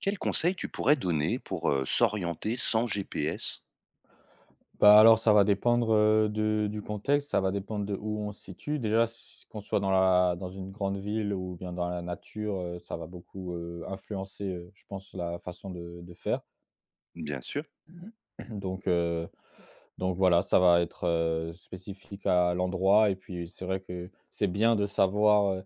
Quel conseil tu pourrais donner pour, s'orienter sans GPS? Bah, alors ça va dépendre, de du contexte, ça va dépendre de où on se situe. Déjà, s qu'on soit dans une grande ville ou bien dans la nature, ça va beaucoup, influencer, je pense la façon de faire. Bien sûr, Donc heu, donc voilà, ça va être, spécifique à l'endroit et puis c'est vrai que c'est bien de savoir,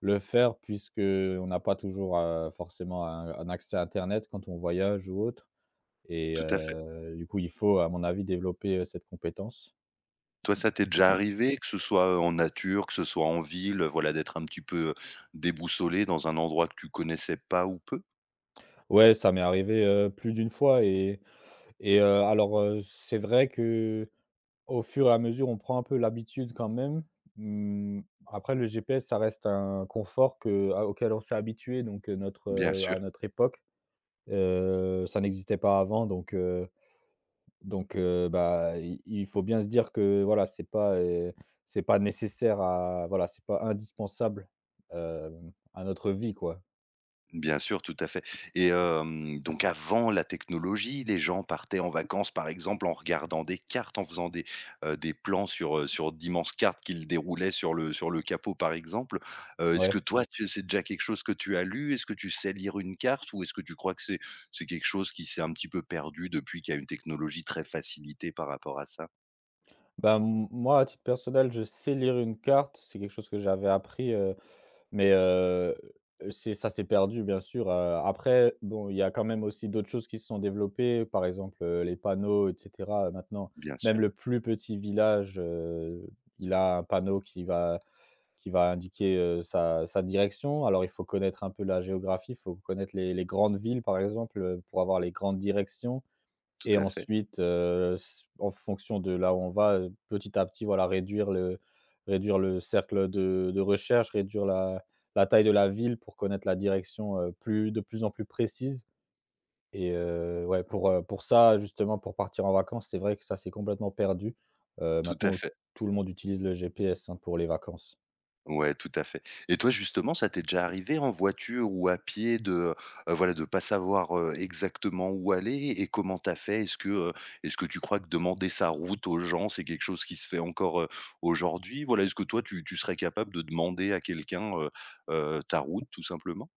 le faire puisque on n'a pas toujours, forcément un accès à internet quand on voyage ou autre et tout à fait. Du coup il faut à mon avis développer, cette compétence. Toi, ça t'est déjà arrivé, que ce soit, en nature, que ce soit en ville, voilà, d'être un petit peu, déboussolé dans un endroit que tu connaissais pas ou peu? Ouais, ça m'est arrivé, plus d'une fois et alors, c'est vrai que au fur et à mesure, on prend un peu l'habitude quand même. Mmh, Après le GPS, ça reste un confort que à auquel on s'est habitué donc, Bien sûr. à notre époque. Ça n'existait pas avant donc, bah, i il faut bien se dire que voilà, c'est pas nécessaire à voilà, c'est pas indispensable, à notre vie, quoi. Bien sûr, tout à fait Et donc avant la technologie, les gens partaient en vacances, par exemple, en regardant des cartes, en faisant des plans sur, sur d'immenses cartes qu'ils déroulaient sur le capot, par exemple. Est-ce que Ouais. toi, tu c'est déjà quelque chose que tu as lu? Est-ce que tu sais lire une carte ou est-ce que tu crois que c'est quelque chose qui s'est un petit peu perdu depuis qu'il y a une technologie très facilitée par rapport à ça? Bah, m moi, à titre personnel, je sais lire une carte. C'est quelque chose que j'avais appris, mais c'est ça s'est perdu, bien sûr, après, bon, il y a quand même aussi d'autres choses qui se sont développées. Par exemple, les panneaux, et cetera. Maintenant, Bien sûr, même le plus petit village, il a un panneau qui va indiquer, sa direction. Alors, il faut connaître un peu la géographie, il faut connaître les grandes villes, par exemple, pour avoir les grandes directions. tout Et à fait, ensuite, s en fonction de là où on va, petit à petit, voilà, réduire le cercle de recherche, réduire la taille de la ville pour connaître la direction, plus en plus précise et ouais, pour ça, justement, pour partir en vacances, c'est vrai que ça, c'est complètement perdu. Tout à Maintenant, fait. tout le monde utilise le GPS, hein, pour les vacances. Ouais, tout à fait. Et toi, justement, ça t'est déjà arrivé en voiture ou à pied de, voilà, de pas savoir, exactement où aller et comment t'as fait? Est-ce que tu crois que demander sa route aux gens, c'est quelque chose qui se fait encore, aujourd'hui? Voilà, est-ce que toi, tu serais capable de demander à quelqu'un, ta route tout simplement?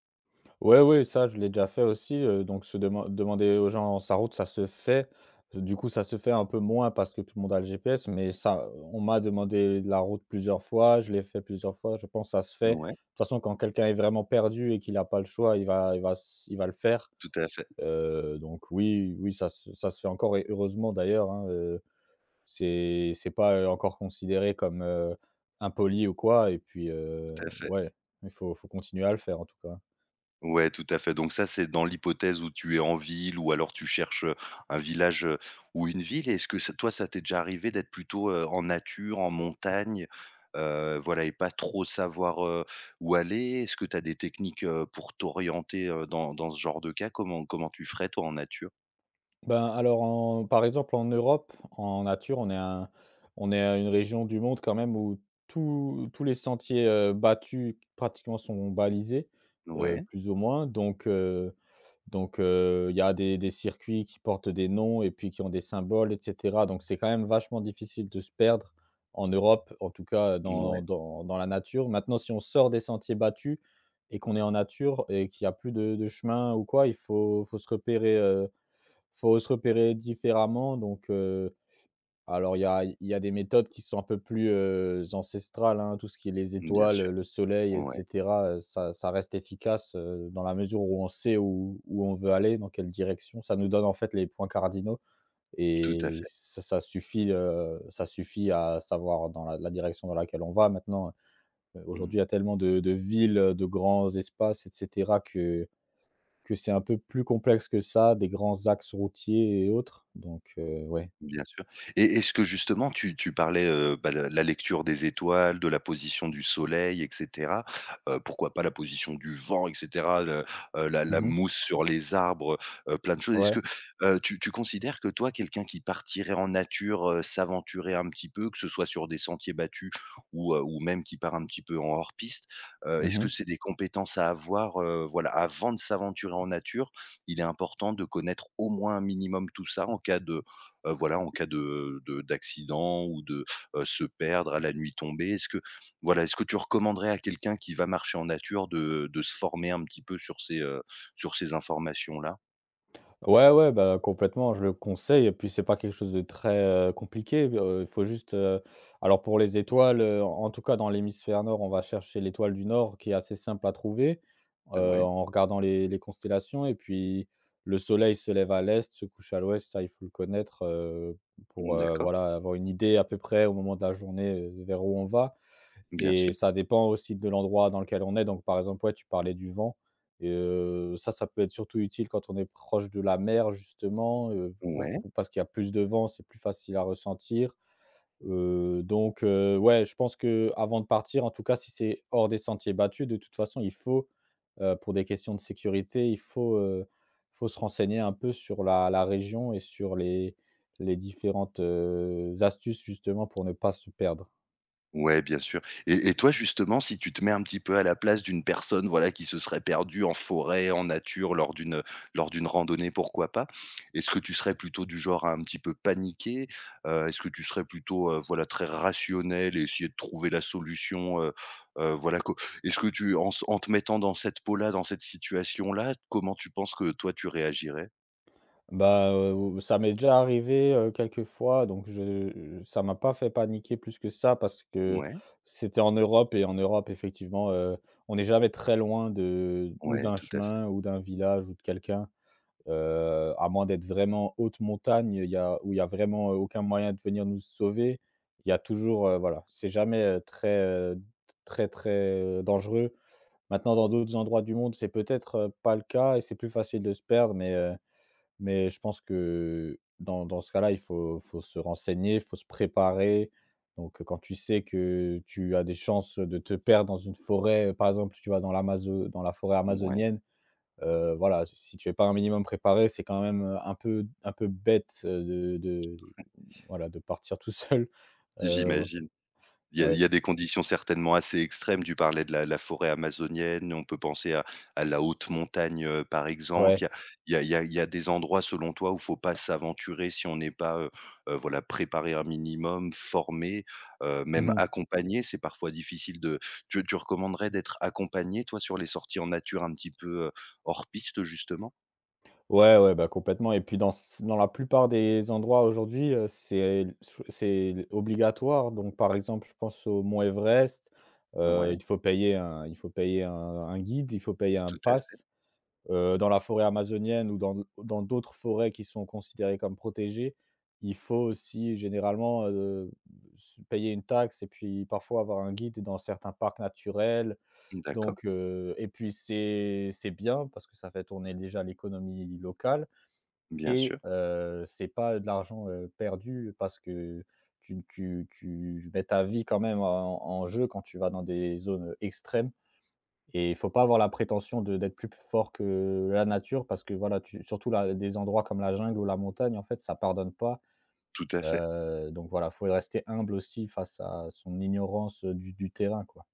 Ouais, ouais, ça, je l'ai déjà fait aussi, donc se deman demander aux gens sa route, ça se fait. Du coup, ça se fait un peu moins parce que tout le monde a le GPS, mais ça, on m'a demandé la route plusieurs fois, je l'ai fait plusieurs fois, je pense que ça se fait. De Ouais, toute façon, quand quelqu'un est vraiment perdu et qu'il n'a pas le choix, il va le faire, tout à fait, donc oui, oui, ça se fait encore et heureusement d'ailleurs, hein, euh, c'est pas, encore considéré comme, impoli ou quoi et puis, tout à fait. ouais, il faut continuer à le faire en tout cas. Ouais, tout à fait. Donc ça, c'est dans l'hypothèse où tu es en ville ou alors tu cherches, un village, ou une ville. Est-ce que ça toi, ça t'est déjà arrivé d'être plutôt, en nature, en montagne, voilà et pas trop savoir, où aller? Est-ce que tu as des techniques, pour t'orienter, dans ce genre de cas? Comment tu ferais toi en nature? Ben, alors en par exemple en Europe, en nature, on est, une région du monde quand même où tous les sentiers, battus pratiquement sont balisés, Ouais, plus ou moins donc. Il y a des circuits qui portent des noms et puis qui ont des symboles et cetera. Donc c'est quand même vachement difficile de se perdre en Europe, en tout cas, ouais, dans la nature. Maintenant, si on sort des sentiers battus et qu'on est en nature et qu'il y a plus de chemin ou quoi, il faut faut se repérer différemment donc alors il y a des méthodes qui sont un peu plus, ancestrales, hein, tout ce qui est les bien étoiles, sûr. le soleil et Ouais, cetera, ça reste efficace, dans la mesure où on sait où on veut aller, dans quelle direction. Ça nous donne en fait les points cardinaux tout à et fait. Ça suffit à savoir dans la direction dans laquelle on va. Maintenant, Mmh. aujourd'hui, il y a tellement de villes, de grands espaces et cetera que c'est un peu plus complexe que ça, des grands axes routiers et autres donc ouais. Bien sûr et est-ce que justement tu parlais, bah, la lecture des étoiles, de la position du soleil et cetera, pourquoi pas la position du vent et cetera, le, la la Mmh. mousse sur les arbres, plein de choses. Est-ce Ouais. que, tu considères que toi, quelqu'un qui partirait en nature, s'aventurer un petit peu, que ce soit sur des sentiers battus ou même qui part un petit peu en hors piste, est-ce que Mmh. c'est des compétences à avoir, voilà, avant de s'aventurer en nature, il est important de connaître au moins un minimum tout ça en cas de voilà, en cas de d'accident ou de, se perdre, à la nuit tombée? Est-ce que voilà, est-ce que tu recommanderais à quelqu'un qui va marcher en nature de se former un petit peu sur ces informations-là? Ouais, ouais, bah, complètement, je le conseille et puis c'est pas quelque chose de très, compliqué, alors pour les étoiles, en tout cas dans l'hémisphère nord, on va chercher l'étoile du nord qui est assez simple à trouver, Ouais, en regardant les constellations et puis le soleil se lève à l'est, se couche à l'ouest, ça il faut le connaître, pour, mmh, d'accord, voilà, avoir une idée à peu près au moment de la journée, vers où on va. bien sûr. Et ça dépend aussi de l'endroit dans lequel on est. Donc, par exemple, ouais, tu parlais du vent et ça, ça peut être surtout utile quand on est proche de la mer justement, Ouais. pour parce qu'il y a plus de vent, c'est plus facile à ressentir. Donc ouais, je pense que avant de partir, en tout cas, si c'est hors des sentiers battus, de toute façon, il faut, pour des questions de sécurité, faut se renseigner un peu sur la région et sur les différentes, astuces justement pour ne pas se perdre. Ouais, bien sûr. Et toi, justement, si tu te mets un petit peu à la place d'une personne, voilà, qui se serait perdue en forêt, en nature, lors d'une randonnée, pourquoi pas? Est-ce que tu serais plutôt du genre à un petit peu paniquer? Est-ce que tu serais plutôt, voilà, très rationnel et essayer de trouver la solution, voilà, co est-ce que tu en s en te mettant dans cette peau-là, dans cette situation-là, comment tu penses que toi tu réagirais? Bah, ça m'est déjà arrivé, quelques fois, donc je ça m'a pas fait paniquer plus que ça parce que Ouais, c'était en Europe et en Europe, effectivement, on n'est jamais très loin de ou ouais, d'un tout à fait. chemin ou d'un village ou de quelqu'un, à moins d'être vraiment haute montagne, il y a où il y a vraiment, aucun moyen de venir nous sauver. Il y a toujours, voilà, c'est jamais, très, très, très, dangereux. Maintenant dans d'autres endroits du monde, c'est peut-être, pas le cas et c'est plus facile de se perdre mais je pense que dans ce cas-là, il faut se renseigner, il faut se préparer. Donc, quand tu sais que tu as des chances de te perdre dans une forêt, par exemple, tu vas dans la forêt Ouais, amazonienne, voilà, si tu es pas un minimum préparé, c'est quand même, un peu bête, de voilà, de partir tout seul. Ouais, j'imagine. Il ouais, y a des conditions certainement assez extrêmes. Tu parlais de la forêt amazonienne, on peut penser à la haute montagne, par exemple. ouais. Il y a il y a il y a il y a des endroits, selon toi, où il faut pas s'aventurer si on n'est pas, voilà, préparé un minimum, formé, même Mmh. accompagné. C'est parfois difficile de tu recommanderais d'être accompagné, toi, sur les sorties en nature un petit peu, hors piste, justement? Ouais, ouais, bah, complètement et puis dans la plupart des endroits aujourd'hui, c'est obligatoire donc par exemple, je pense au mont Everest, Ouais, il faut payer un guide, il faut payer un tout à fait. pass. Dans la forêt amazonienne ou dans d'autres forêts qui sont considérées comme protégées, il faut aussi généralement, s payer une taxe et puis parfois avoir un guide dans certains parcs naturels D'accord, donc et puis c'est bien parce que ça fait tourner déjà l'économie locale bien et sûr, c'est pas de l'argent, perdu parce que tu mets ta vie quand même en jeu quand tu vas dans des zones, extrêmes et il faut pas avoir la prétention de d'être plus fort que la nature parce que voilà, tu surtout là, des endroits comme la jungle ou la montagne, en fait, ça pardonne pas. tout à fait. Donc voilà, faut rester humble aussi face à son ignorance, du terrain, quoi.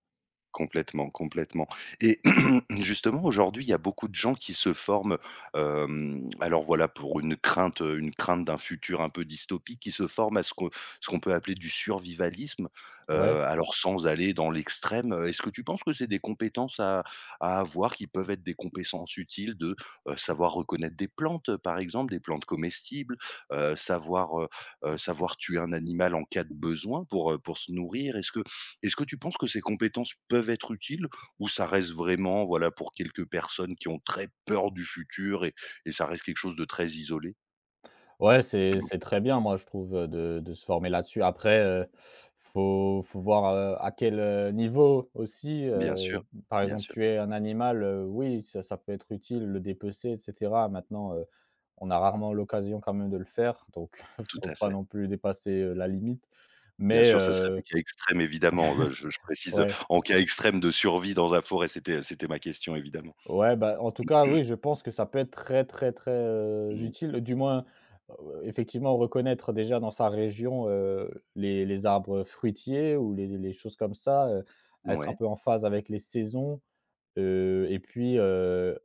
Complètement, complètement et justement, aujourd'hui, il y a beaucoup de gens qui se forment, alors voilà, pour une crainte d'un futur un peu dystopique, qui se forment à ce qu'on peut appeler du survivalisme, Ouais? Alors sans aller dans l'extrême, est-ce que tu penses que c'est des compétences à avoir qui peuvent être des compétences utiles de, savoir reconnaître des plantes, par exemple, des plantes comestibles, savoir, savoir tuer un animal en cas de besoin pour se nourrir? Est-ce que tu penses que ces compétences peuvent être utiles ou ça reste vraiment, voilà, pour quelques personnes qui ont très peur du futur et ça reste quelque chose de très isolé? Ouais, c'est très bien, moi, je trouve, de se former là-dessus. Après, faut voir, à quel, niveau aussi, Bien sûr, par bien exemple, sûr, tuer un animal, oui, ça peut être utile, le dépecer et cetera. Maintenant, on a rarement l'occasion quand même de le faire, donc tout faut à pas fait. non plus dépasser, la limite. Bien Mais, sûr, ça serait des cas extrêmes évidemment, je précise, ouais. en cas extrême de survie dans la forêt, c'était ma question évidemment. Ouais, bah, en tout cas, oui, je pense que ça peut être très, très, très, Mmh. utile, du moins, effectivement, reconnaître déjà dans sa région, les arbres fruitiers ou les choses comme ça, être un Ouais, peu en phase avec les saisons, et puis,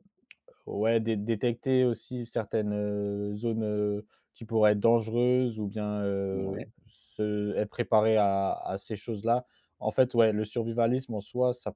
ouais, dé détecter aussi certaines, zones, qui pourraient être dangereuses ou bien, ouais. se être préparé à ces choses-là. En fait, ouais, le survivalisme en soi, ça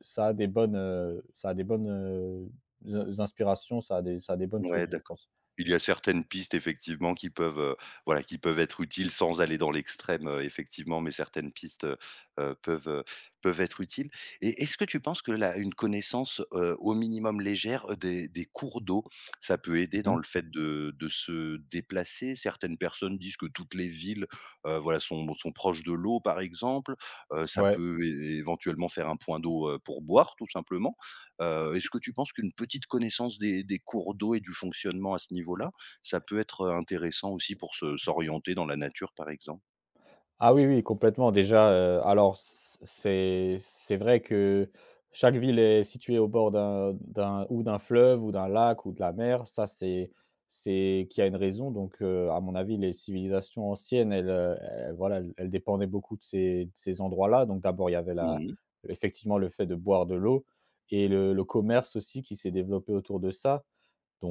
ça ça a des bonnes, in inspirations, ça a des bonnes Ouais, choses, je d'accord. pense. Il y a certaines pistes effectivement qui peuvent, voilà, qui peuvent être utiles sans aller dans l'extrême, effectivement, mais certaines pistes, peuvent, peuvent être utiles et est-ce que tu penses que la une connaissance, au minimum légère, des cours d'eau, ça peut aider dans Mmh. le fait de se déplacer? Certaines personnes disent que toutes les villes, voilà, sont proches de l'eau, par exemple, ça Ouais. peut é éventuellement faire un point d'eau, pour boire, tout simplement. Est-ce que tu penses qu'une petite connaissance des cours d'eau et du fonctionnement à ce niveau-là, ça peut être, intéressant aussi pour se s'orienter dans la nature, par exemple? Ah oui, oui, complètement. Déjà, alors c'est vrai que chaque ville est située au bord d'un ou d'un fleuve ou d'un lac ou de la mer. Ça, c'est qu'il y a une raison. Donc, à mon avis, les civilisations anciennes, elles, elles voilà, elles dépendaient beaucoup de ces endroits-là. Donc d'abord, il y avait la Mmh, effectivement, le fait de boire de l'eau et le commerce aussi qui s'est développé autour de ça.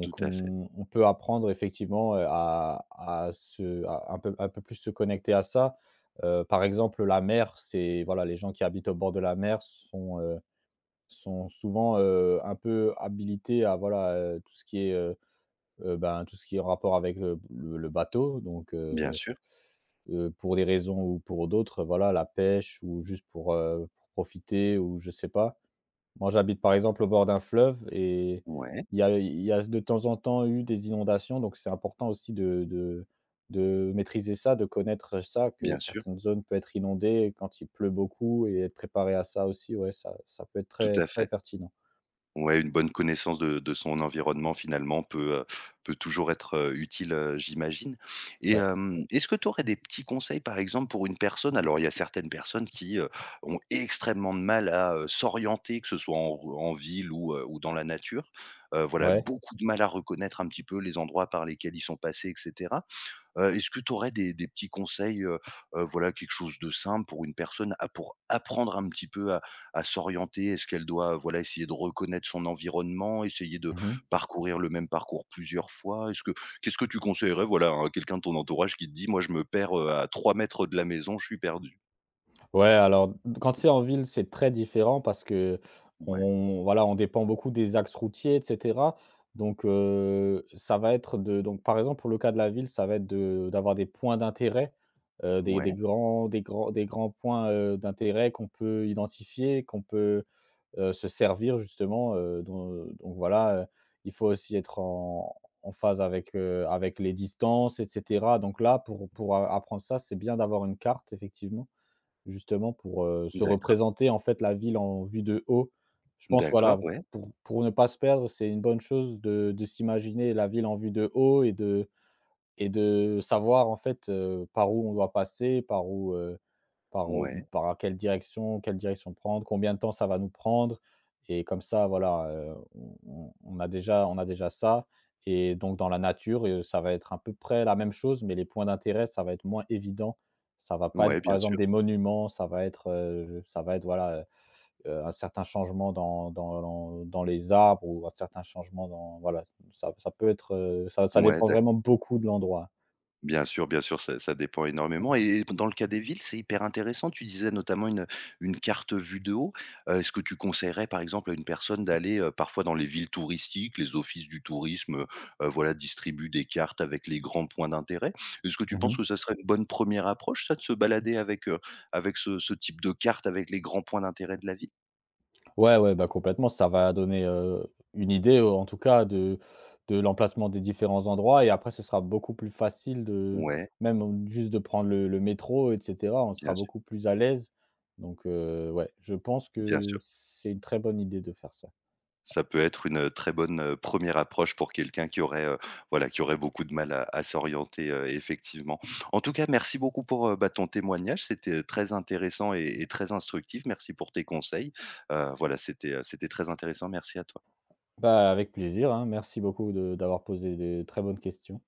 tout à fait. On peut apprendre effectivement, à un peu plus se connecter à ça. Par exemple, la mer, c'est voilà, les gens qui habitent au bord de la mer sont souvent, un peu habilités à voilà, tout ce qui est, ben, tout ce qui est en rapport avec, le bateau donc Bien sûr. Pour des raisons ou pour d'autres, voilà, la pêche ou juste pour profiter ou je sais pas. Moi, j'habite par exemple au bord d'un fleuve et Ouais, il y a de temps en temps eu des inondations, donc c'est important aussi de maîtriser ça, de connaître ça, que bien sûr, certaines zones peuvent être inondées quand il pleut beaucoup et être préparé à ça aussi, ouais, ça peut être tout très, à très fait. pertinent. Ouais, une bonne connaissance de son environnement finalement peut, peut toujours être, utile, j'imagine et Ouais. hem, est-ce que tu aurais des petits conseils par exemple pour une personne alors il y a certaines personnes qui, ont extrêmement de mal à, s'orienter, que ce soit en ville ou dans la nature. Voilà, Ouais. beaucoup de mal à reconnaître un petit peu les endroits par lesquels ils sont passés etc. Est-ce que tu aurais des petits conseils, voilà, quelque chose de simple pour une personne à pour apprendre un petit peu à s'orienter? Est-ce qu'elle doit, voilà, essayer de reconnaître son environnement, essayer de Mmh. parcourir le même parcours plusieurs fois? Est-ce que qu'est-ce que tu conseillerais, voilà, à quelqu'un de ton entourage qui te dit: «Moi, je me perds, à 3 mètres de la maison, je suis perdu»? Ouais, alors, quand c'est en ville, c'est très différent parce que Ouais, on voilà, on dépend beaucoup des axes routiers et cetera. Donc, ça va être de donc par exemple, pour le cas de la ville, ça va être de d'avoir des points d'intérêt, ouais, des grands points, d'intérêt qu'on peut identifier, qu'on peut, se servir justement, donc voilà, il faut aussi être en phase avec les distances et cetera. Donc là, pour a apprendre ça, c'est bien d'avoir une carte, effectivement. Justement pour, se d'accord, représenter en fait la ville en vue de haut. Je pense voilà, d'accord, ouais, pour ne pas se perdre, c'est une bonne chose de s'imaginer la ville en vue de haut et de savoir en fait, par où on doit passer, ouais, par quelle direction prendre, combien de temps ça va nous prendre et comme ça voilà, on a déjà ça et donc dans la nature, ça va être à peu près la même chose, mais les points d'intérêt, ça va être moins évident. Ça va pas être ouais, par bien exemple sûr, des monuments, ça va être voilà, un certain changement dans les arbres ou un certain changement dans voilà, ça ouais, dépend d'ac vraiment beaucoup de l'endroit. bien sûr, bien sûr, ça ça dépend énormément et dans le cas des villes, c'est hyper intéressant. Tu disais notamment une carte vue de haut. Est-ce que tu conseillerais, par exemple, à une personne d'aller, parfois dans les villes touristiques, les offices du tourisme, voilà, distribuent des cartes avec les grands points d'intérêt. Est-ce que tu penses Mmh. que ça serait une bonne première approche ça, de se balader avec, avec ce type de carte, avec les grands points d'intérêt de la ville? Ouais, ouais, bah, complètement, ça va donner, une idée, en tout cas de l'emplacement des différents endroits et après ce sera beaucoup plus facile de Ouais, même juste de prendre le métro et cetera. On bien sera sûr, beaucoup plus à l'aise donc ouais, je pense bien que sûr. c'est une très bonne idée de faire ça. Ça peut être une, très bonne, 1 approche pour quelqu'un qui aurait, voilà, qui aurait beaucoup de mal à s'orienter, effectivement. En tout cas, merci beaucoup pour, bah, ton témoignage. C'était, très intéressant et très instructif. Merci pour tes conseils. Voilà, c'était, c'était très intéressant. Merci à toi. Bah, avec plaisir, hein. Merci beaucoup de d'avoir posé des très bonnes questions.